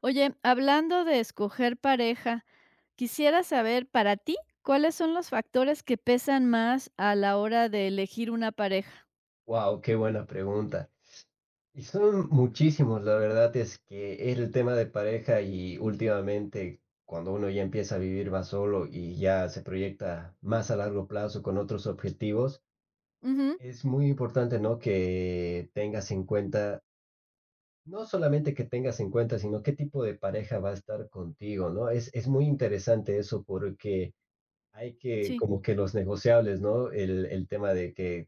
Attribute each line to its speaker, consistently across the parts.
Speaker 1: Oye, hablando de escoger pareja, quisiera saber para ti, ¿cuáles son los factores que pesan más a la hora de elegir una pareja?
Speaker 2: Wow, qué buena pregunta. Y son muchísimos, la verdad es que el tema de pareja y últimamente cuando uno ya empieza a vivir más solo y ya se proyecta más a largo plazo con otros objetivos,
Speaker 1: Ujú,
Speaker 2: es muy importante, ¿no? Que tengas en cuenta, no solamente que tengas en cuenta, sino qué tipo de pareja va a estar contigo, ¿no? Es muy interesante eso porque hay que,
Speaker 1: sí,
Speaker 2: como que los negociables, ¿no? El tema de que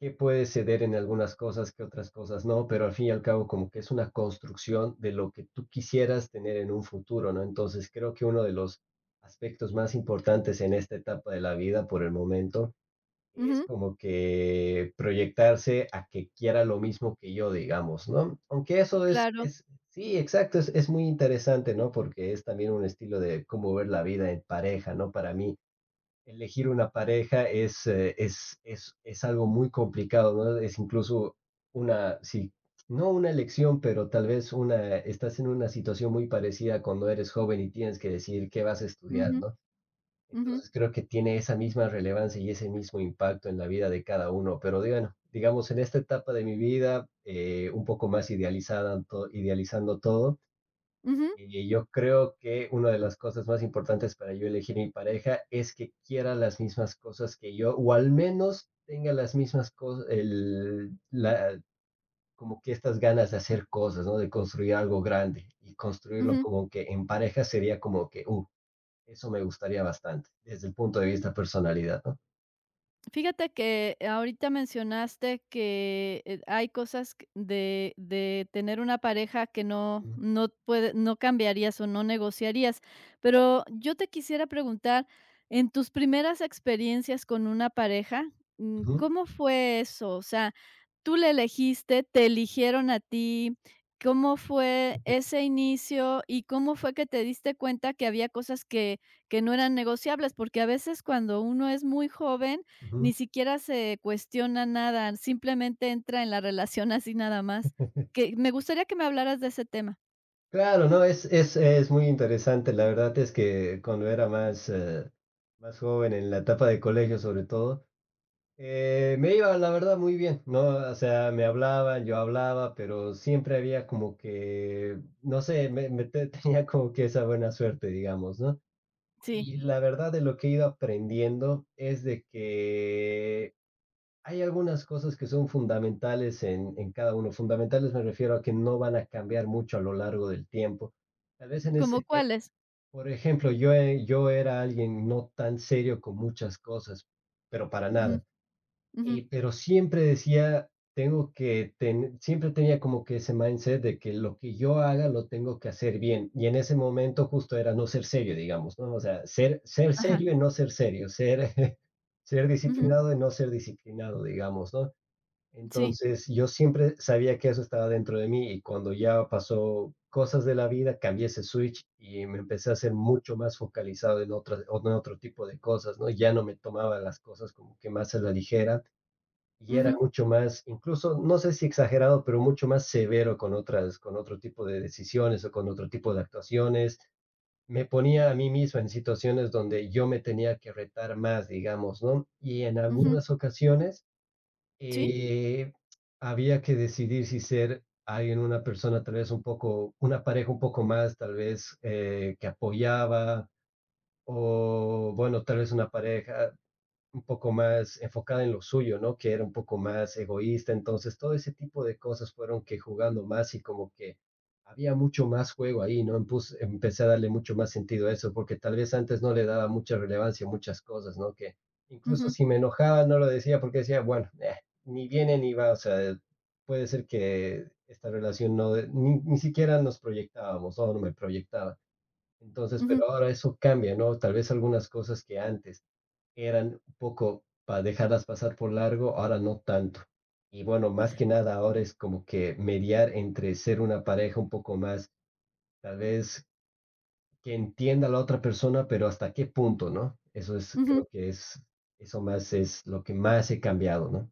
Speaker 2: que puede ceder en algunas cosas, que otras cosas no, pero al fin y al cabo como que es una construcción de lo que tú quisieras tener en un futuro, ¿no? Entonces creo que uno de los aspectos más importantes en esta etapa de la vida por el momento es
Speaker 1: ujú,
Speaker 2: como que proyectarse a que quiera lo mismo que yo, digamos, ¿no? Aunque eso es,
Speaker 1: claro,
Speaker 2: es sí, exacto, es muy interesante, ¿no? Porque es también un estilo de cómo ver la vida en pareja, ¿no? Para mí elegir una pareja es algo muy complicado, ¿no? Es incluso una, sí, no una elección, pero tal vez una, estás en una situación muy parecida cuando eres joven y tienes que decidir qué vas a estudiar,
Speaker 1: ujú,
Speaker 2: ¿no?
Speaker 1: ujú,
Speaker 2: Entonces creo que tiene esa misma relevancia y ese mismo impacto en la vida de cada uno, pero bueno, digamos, en esta etapa de mi vida, un poco más idealizada, idealizando todo,
Speaker 1: ujú,
Speaker 2: y yo creo que una de las cosas más importantes para yo elegir mi pareja es que quiera las mismas cosas que yo, o al menos tenga las mismas cosas, el, la, como que estas ganas de hacer cosas, ¿no? De construir algo grande y construirlo
Speaker 1: ujú.
Speaker 2: como que en pareja sería como que, eso me gustaría bastante, desde el punto de vista personalidad, ¿no?
Speaker 1: Fíjate que ahorita mencionaste que, hay cosas q de tener una pareja que
Speaker 2: Ujú,
Speaker 1: no cambiarías o no negociarías, pero yo te quisiera preguntar, en tus primeras experiencias con una pareja,
Speaker 2: ujú,
Speaker 1: ¿cómo fue eso? O sea, ¿tú le elegiste? ¿Te eligieron a ti? ¿Cómo fue ese inicio? ¿Y cómo fue que te diste cuenta que había cosas que no eran negociables? Porque a veces cuando uno es muy joven,
Speaker 2: ujú.
Speaker 1: ni siquiera se cuestiona nada, simplemente entra en la relación así nada más. Que me gustaría que me hablaras de ese tema.
Speaker 2: Claro, no, es, es muy interesante. La verdad es que cuando era más, más joven, en la etapa de colegio sobre todo, me iba, la verdad, muy bien, ¿no? O sea, me hablaban, yo hablaba, pero siempre había como que, no sé, tenía como que esa buena suerte, digamos, ¿no?
Speaker 1: Sí,
Speaker 2: Y la verdad de lo que he ido aprendiendo es de que hay algunas cosas que son fundamentales en cada uno. Fundamentales me refiero a que no van a cambiar mucho a lo largo del tiempo. Tal vez en
Speaker 1: ¿como
Speaker 2: ese,
Speaker 1: cuáles?
Speaker 2: por ejemplo, yo, yo era alguien no tan serio con muchas cosas, pero para
Speaker 1: Ujú,
Speaker 2: nada.
Speaker 1: ujú,
Speaker 2: Y, pero siempre decía, siempre tenía como que ese mindset de que lo que yo haga lo tengo que hacer bien. Y en ese momento justo era no ser serio, digamos, ¿no? O sea, ser
Speaker 1: ajá,
Speaker 2: serio y no ser serio, ser, ser
Speaker 1: ujú,
Speaker 2: disciplinado y no ser disciplinado, digamos, ¿no?
Speaker 1: sí,
Speaker 2: Entonces, yo siempre sabía que eso estaba dentro de mí y cuando ya pasó cosas de la vida, cambié ese switch y me empecé a ser mucho más focalizado en otras, en otro tipo de cosas, ¿no? Ya no me tomaba las cosas como que más a la ligera y era
Speaker 1: ujú,
Speaker 2: mucho más, incluso, no sé si exagerado, pero mucho más severo con otras, con otro tipo de decisiones o con otro tipo de actuaciones. Me ponía a mí mismo en situaciones donde yo me tenía que retar más, digamos, ¿no? Y en
Speaker 1: ujú,
Speaker 2: algunas ocasiones
Speaker 1: sí,
Speaker 2: eh, había que decidir si ser alguien, una persona tal vez un poco, una pareja un poco más, tal vez que apoyaba, o bueno, tal vez una pareja, un poco más enfocada en lo suyo, ¿no? Que era un poco más egoísta. Entonces, todo ese tipo de cosas fueron que jugando más y como que había mucho más juego ahí, ¿no? Empecé a darle mucho más sentido a eso, porque tal vez antes no le daba mucha relevancia a muchas cosas, ¿no? Que incluso
Speaker 1: ujú,
Speaker 2: si me enojaba no lo decía porque decía, bueno, ni viene ni va, o sea, puede ser que esta relación no, ni siquiera nos proyectábamos, o no me proyectaba. Entonces,
Speaker 1: ujú,
Speaker 2: pero ahora eso cambia, ¿no? Tal vez algunas cosas que antes eran un poco para dejarlas pasar por largo, ahora no tanto. Y bueno, más que nada ahora es como que mediar entre ser una pareja un poco más, tal vez que entienda a la otra persona, pero hasta qué punto, ¿no? Eso es,
Speaker 1: ujú.
Speaker 2: creo que es, eso más es lo que más he cambiado, ¿no?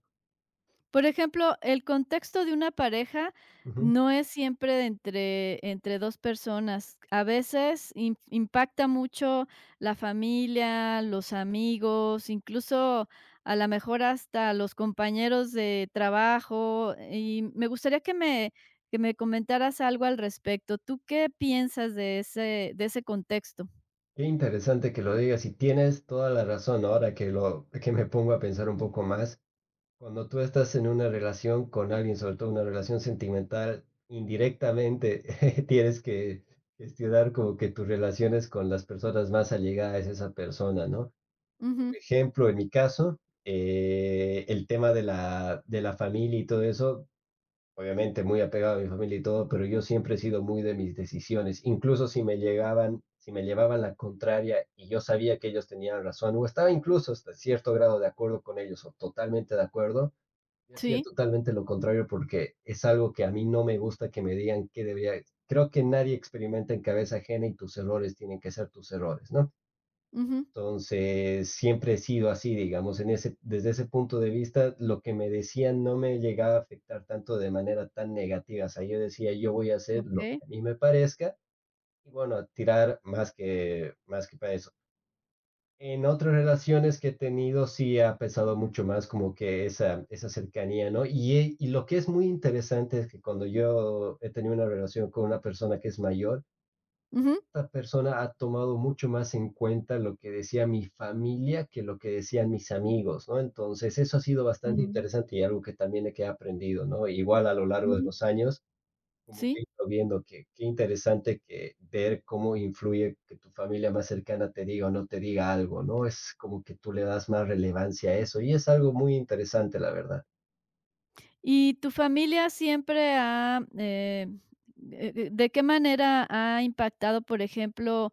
Speaker 1: Por ejemplo, el contexto de una pareja
Speaker 2: Ujú.
Speaker 1: no es siempre de entre 2 personas. A veces im impacta mucho la familia, los amigos, incluso a la mejor hasta los compañeros de trabajo, y me gustaría que me comentaras algo al respecto. ¿Tú qué piensas de ese contexto?
Speaker 2: Qué interesante que lo digas y tienes toda la razón ahora que lo, que me pongo a pensar un poco más. Cuando tú estás en una relación con alguien, sobre todo una relación sentimental, indirectamente tienes que gestionar como que tus relaciones con las personas más allegadas a esa persona, ¿no? Por
Speaker 1: Ujú.
Speaker 2: ejemplo, en mi caso, el tema de la familia y todo eso, obviamente muy apegado a mi familia y todo, pero yo siempre he sido muy de mis decisiones, incluso si me llegaban, si me llevaban la contraria y yo sabía que ellos tenían razón, o estaba incluso hasta cierto grado de acuerdo con ellos o totalmente de acuerdo yo hacía
Speaker 1: Sí.
Speaker 2: totalmente lo contrario porque es algo que a mí no me gusta que me digan que debería. Creo que nadie experimenta en cabeza ajena y tus errores tienen que ser tus errores, ¿no?
Speaker 1: Ujú.
Speaker 2: Entonces, siempre he sido así, digamos, en ese, desde ese punto de vista, lo que me decían no me llegaba a afectar tanto de manera tan negativa. O sea, yo decía, yo voy a hacer lo
Speaker 1: Okey.
Speaker 2: que a mí me parezca y bueno, a tirar más que para eso. En otras relaciones que he tenido sí ha pesado mucho más como que esa cercanía, ¿no? Y lo que es muy interesante es que cuando yo he tenido una relación con una persona que es mayor,
Speaker 1: Ujú.
Speaker 2: esta persona ha tomado mucho más en cuenta lo que decía mi familia que lo que decían mis amigos, ¿no? Entonces eso ha sido bastante
Speaker 1: Mm.
Speaker 2: interesante y algo que también he aprendido, ¿no? Igual a lo largo de
Speaker 1: Ujú.
Speaker 2: los años como que
Speaker 1: Sí.
Speaker 2: irlo viendo, que qué interesante que ver cómo influye que tu familia más cercana te diga o no te diga algo, ¿no? Es como que tú le das más relevancia a eso, y es algo muy interesante, la verdad.
Speaker 1: ¿Y tu familia siempre ha, de qué manera ha impactado, por ejemplo,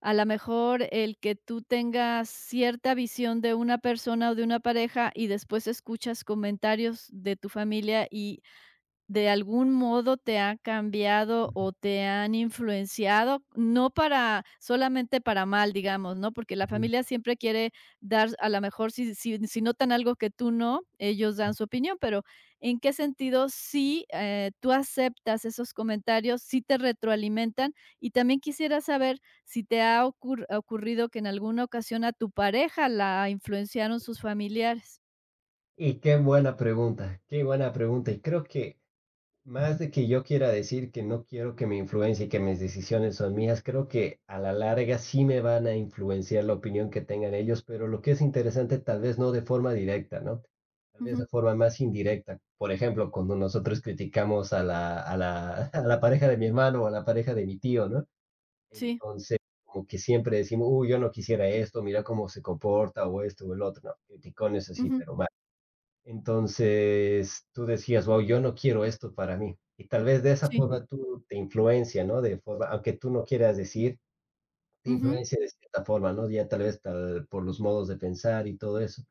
Speaker 1: a la mejor el que tú tengas cierta visión de una persona o de una pareja y después escuchas comentarios de tu familia y de algún modo te han cambiado o te han influenciado, no para solamente para mal, digamos, ¿no? Porque la
Speaker 2: Ujú.
Speaker 1: familia siempre quiere dar, a lo mejor si notan algo que tú no, ellos dan su opinión, pero ¿en qué sentido si tú aceptas esos comentarios, si te retroalimentan? Y también quisiera saber si te ha ocurrido que en alguna ocasión a tu pareja la influenciaron sus familiares.
Speaker 2: Y qué buena pregunta, y creo que más de que yo quiera decir que no quiero que me influencie y que mis decisiones son mías, creo que a la larga sí me van a influenciar la opinión que tengan ellos, pero lo que es interesante tal vez no de forma directa, ¿no? Tal vez de
Speaker 1: Ujú,
Speaker 2: forma más indirecta. Por ejemplo, cuando nosotros criticamos a a la pareja de mi hermano o a la pareja de mi tío, ¿no?
Speaker 1: sí,
Speaker 2: Entonces, como que siempre decimos, uy, yo no quisiera esto, mira cómo se comporta o esto o el otro, ¿no? Criticones así,
Speaker 1: ujú,
Speaker 2: pero mal. Entonces tú decías, wow, yo no quiero esto para mí. Y tal vez de esa
Speaker 1: sí,
Speaker 2: forma tú te influencia, ¿no? De forma, aunque tú no quieras decir, te
Speaker 1: ujú,
Speaker 2: influencia de cierta forma, ¿no? Ya tal vez tal, por los modos de pensar y todo eso.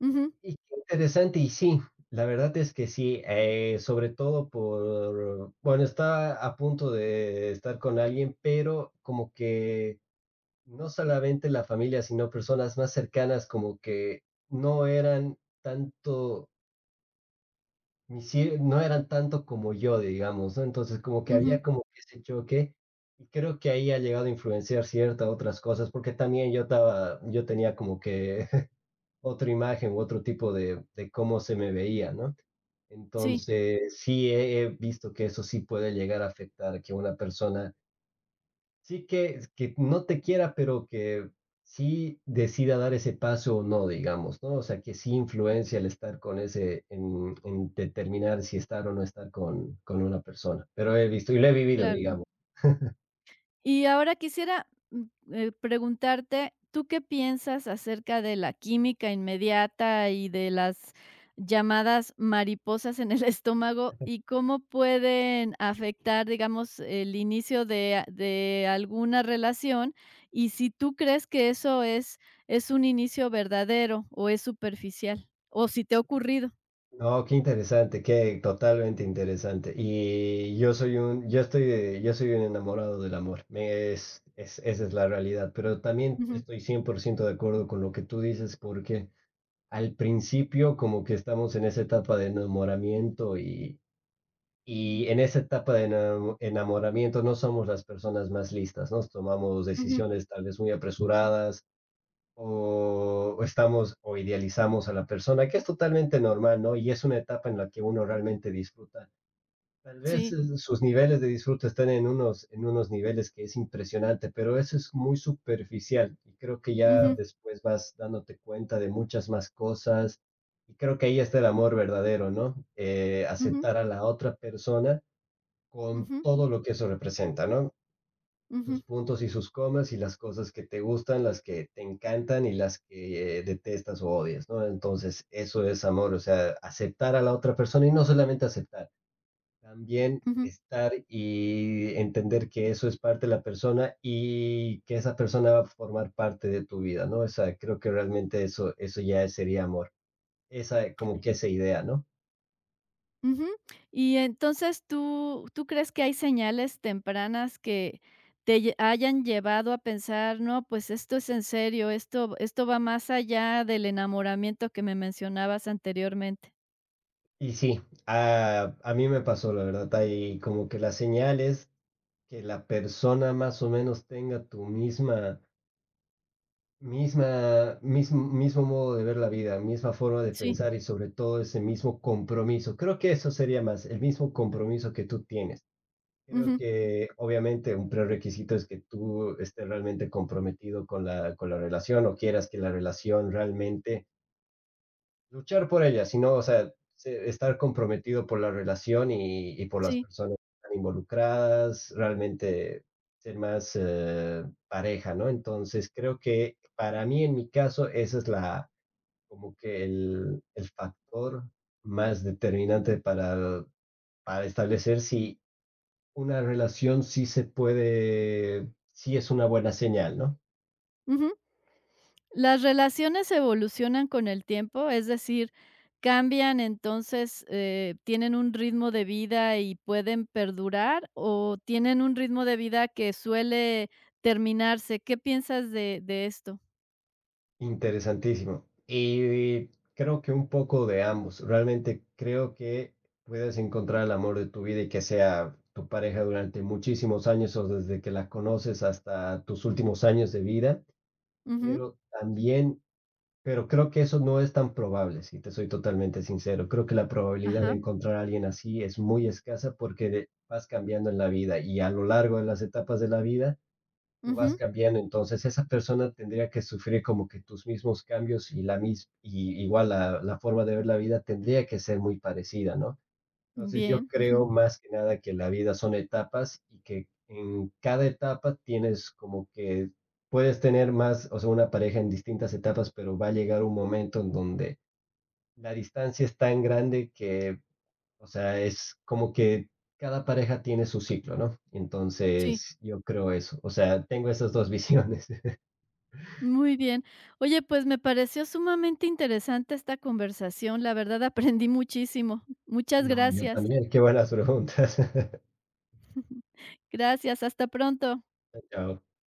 Speaker 1: ujú,
Speaker 2: Y qué interesante, y sí, la verdad es que sí, sobre todo por, bueno, está a punto de estar con alguien, pero como que no solamente la familia, sino personas más cercanas, como que no eran tanto no eran tanto como yo, digamos, ¿no? Entonces, como que
Speaker 1: ujú.
Speaker 2: había como que ese choque, y creo que ahí ha llegado a influenciar ciertas otras cosas, porque también yo estaba, yo tenía como que otra imagen u otro tipo de cómo se me veía, ¿no?
Speaker 1: Sí,
Speaker 2: Entonces, sí he, he visto que eso sí puede llegar a afectar que una persona sí que no te quiera, pero que sí decida dar ese paso o no, digamos, ¿no? O sea, que sí influencia el estar con ese en determinar si estar o no estar con una persona. Pero he visto y lo he vivido,
Speaker 1: claro.
Speaker 2: digamos.
Speaker 1: Y ahora quisiera, preguntarte, ¿tú qué piensas acerca de la química inmediata y de las llamadas mariposas en el estómago y cómo pueden afectar, digamos, el inicio de a de alguna relación? Y si tú crees que eso es un inicio verdadero o es superficial, o si te ha ocurrido.
Speaker 2: No, qué interesante, qué totalmente interesante. Y yo soy un enamorado del amor. Me es esa es la realidad, pero también
Speaker 1: Ujú,
Speaker 2: estoy 100% de acuerdo con lo que tú dices, porque al principio como que estamos en esa etapa de enamoramiento y en esa etapa de enamoramiento no somos las personas más listas, ¿no? Tomamos
Speaker 1: ujú,
Speaker 2: decisiones tal vez muy apresuradas o o estamos o idealizamos a la persona, que es totalmente normal, ¿no? Y es una etapa en la que uno realmente disfruta. Tal vez
Speaker 1: sí,
Speaker 2: sus niveles de disfrute están en unos niveles que es impresionante, pero eso es muy superficial y creo que ya
Speaker 1: ujú,
Speaker 2: después vas dándote cuenta de muchas más cosas y creo que ahí está el amor verdadero, ¿no?
Speaker 1: ujú,
Speaker 2: Aceptar a la otra persona con
Speaker 1: ujú,
Speaker 2: todo lo que eso representa, ¿no?
Speaker 1: ujú,
Speaker 2: Sus puntos y sus comas y las cosas que te gustan, las que te encantan y las que detestas o odias, ¿no? Entonces, eso es amor, o sea, aceptar a la otra persona y no solamente aceptar también
Speaker 1: ujú.
Speaker 2: estar y entender que eso es parte de la persona y que esa persona va a formar parte de tu vida, ¿no? O sea, creo que realmente eso, eso ya sería amor. Esa, como que esa idea, ¿no?
Speaker 1: Ujú. Y entonces, ¿tú crees que hay señales tempranas que te lle hayan llevado a pensar: "No, pues esto es en serio, esto va más allá del enamoramiento que me mencionabas anteriormente"?
Speaker 2: Y sí, a mí me pasó, la verdad, ahí como que la señal es que la persona más o menos tenga tu misma, misma, mismo, mismo modo de ver la vida, misma forma de
Speaker 1: Sí,
Speaker 2: pensar y sobre todo ese mismo compromiso. Creo que eso sería más, el mismo compromiso que tú tienes. Creo
Speaker 1: ujú,
Speaker 2: que obviamente un prerequisito es que tú estés realmente comprometido con la relación o quieras que la relación realmente luchar por ella, sino, o sea, estar comprometido por la relación y por las
Speaker 1: sí,
Speaker 2: personas que están involucradas, realmente ser más pareja, ¿no? Entonces creo que para mí, en mi caso, ese es la, como que el factor más determinante para establecer si una relación sí se puede, sí es una buena señal, ¿no?
Speaker 1: ujú. ¿Las relaciones evolucionan con el tiempo? Es decir, ¿cambian entonces, tienen un ritmo de vida y pueden perdurar o tienen un ritmo de vida que suele terminarse? ¿Qué piensas de esto?
Speaker 2: Interesantísimo. Y creo que un poco de ambos. Realmente creo que puedes encontrar el amor de tu vida y que sea tu pareja durante muchísimos años o desde que la conoces hasta tus últimos años de vida,
Speaker 1: Ujú,
Speaker 2: pero también, pero creo que eso no es tan probable, si te soy totalmente sincero. Creo que la probabilidad de
Speaker 1: ajá,
Speaker 2: encontrar a alguien así es muy escasa porque vas cambiando en la vida y a lo largo de las etapas de la vida tú vas
Speaker 1: ujú,
Speaker 2: cambiando, entonces esa persona tendría que sufrir como que tus mismos cambios y la mis y igual la forma de ver la vida tendría que ser muy parecida, ¿no? Entonces, yo
Speaker 1: bien, ujú,
Speaker 2: creo más que nada que la vida son etapas y que en cada etapa tienes como que puedes tener más, o sea, una pareja en distintas etapas, pero va a llegar un momento en donde la distancia es tan grande que o sea, es como que cada pareja tiene su ciclo, ¿no?
Speaker 1: sí,
Speaker 2: Entonces, yo creo eso. O sea, tengo esas 2 visiones.
Speaker 1: muy bien. Oye, pues me pareció sumamente interesante esta conversación, la verdad aprendí muchísimo. Muchas
Speaker 2: No, yo
Speaker 1: gracias.
Speaker 2: también. Qué buenas preguntas.
Speaker 1: Gracias, hasta pronto.
Speaker 2: Chao.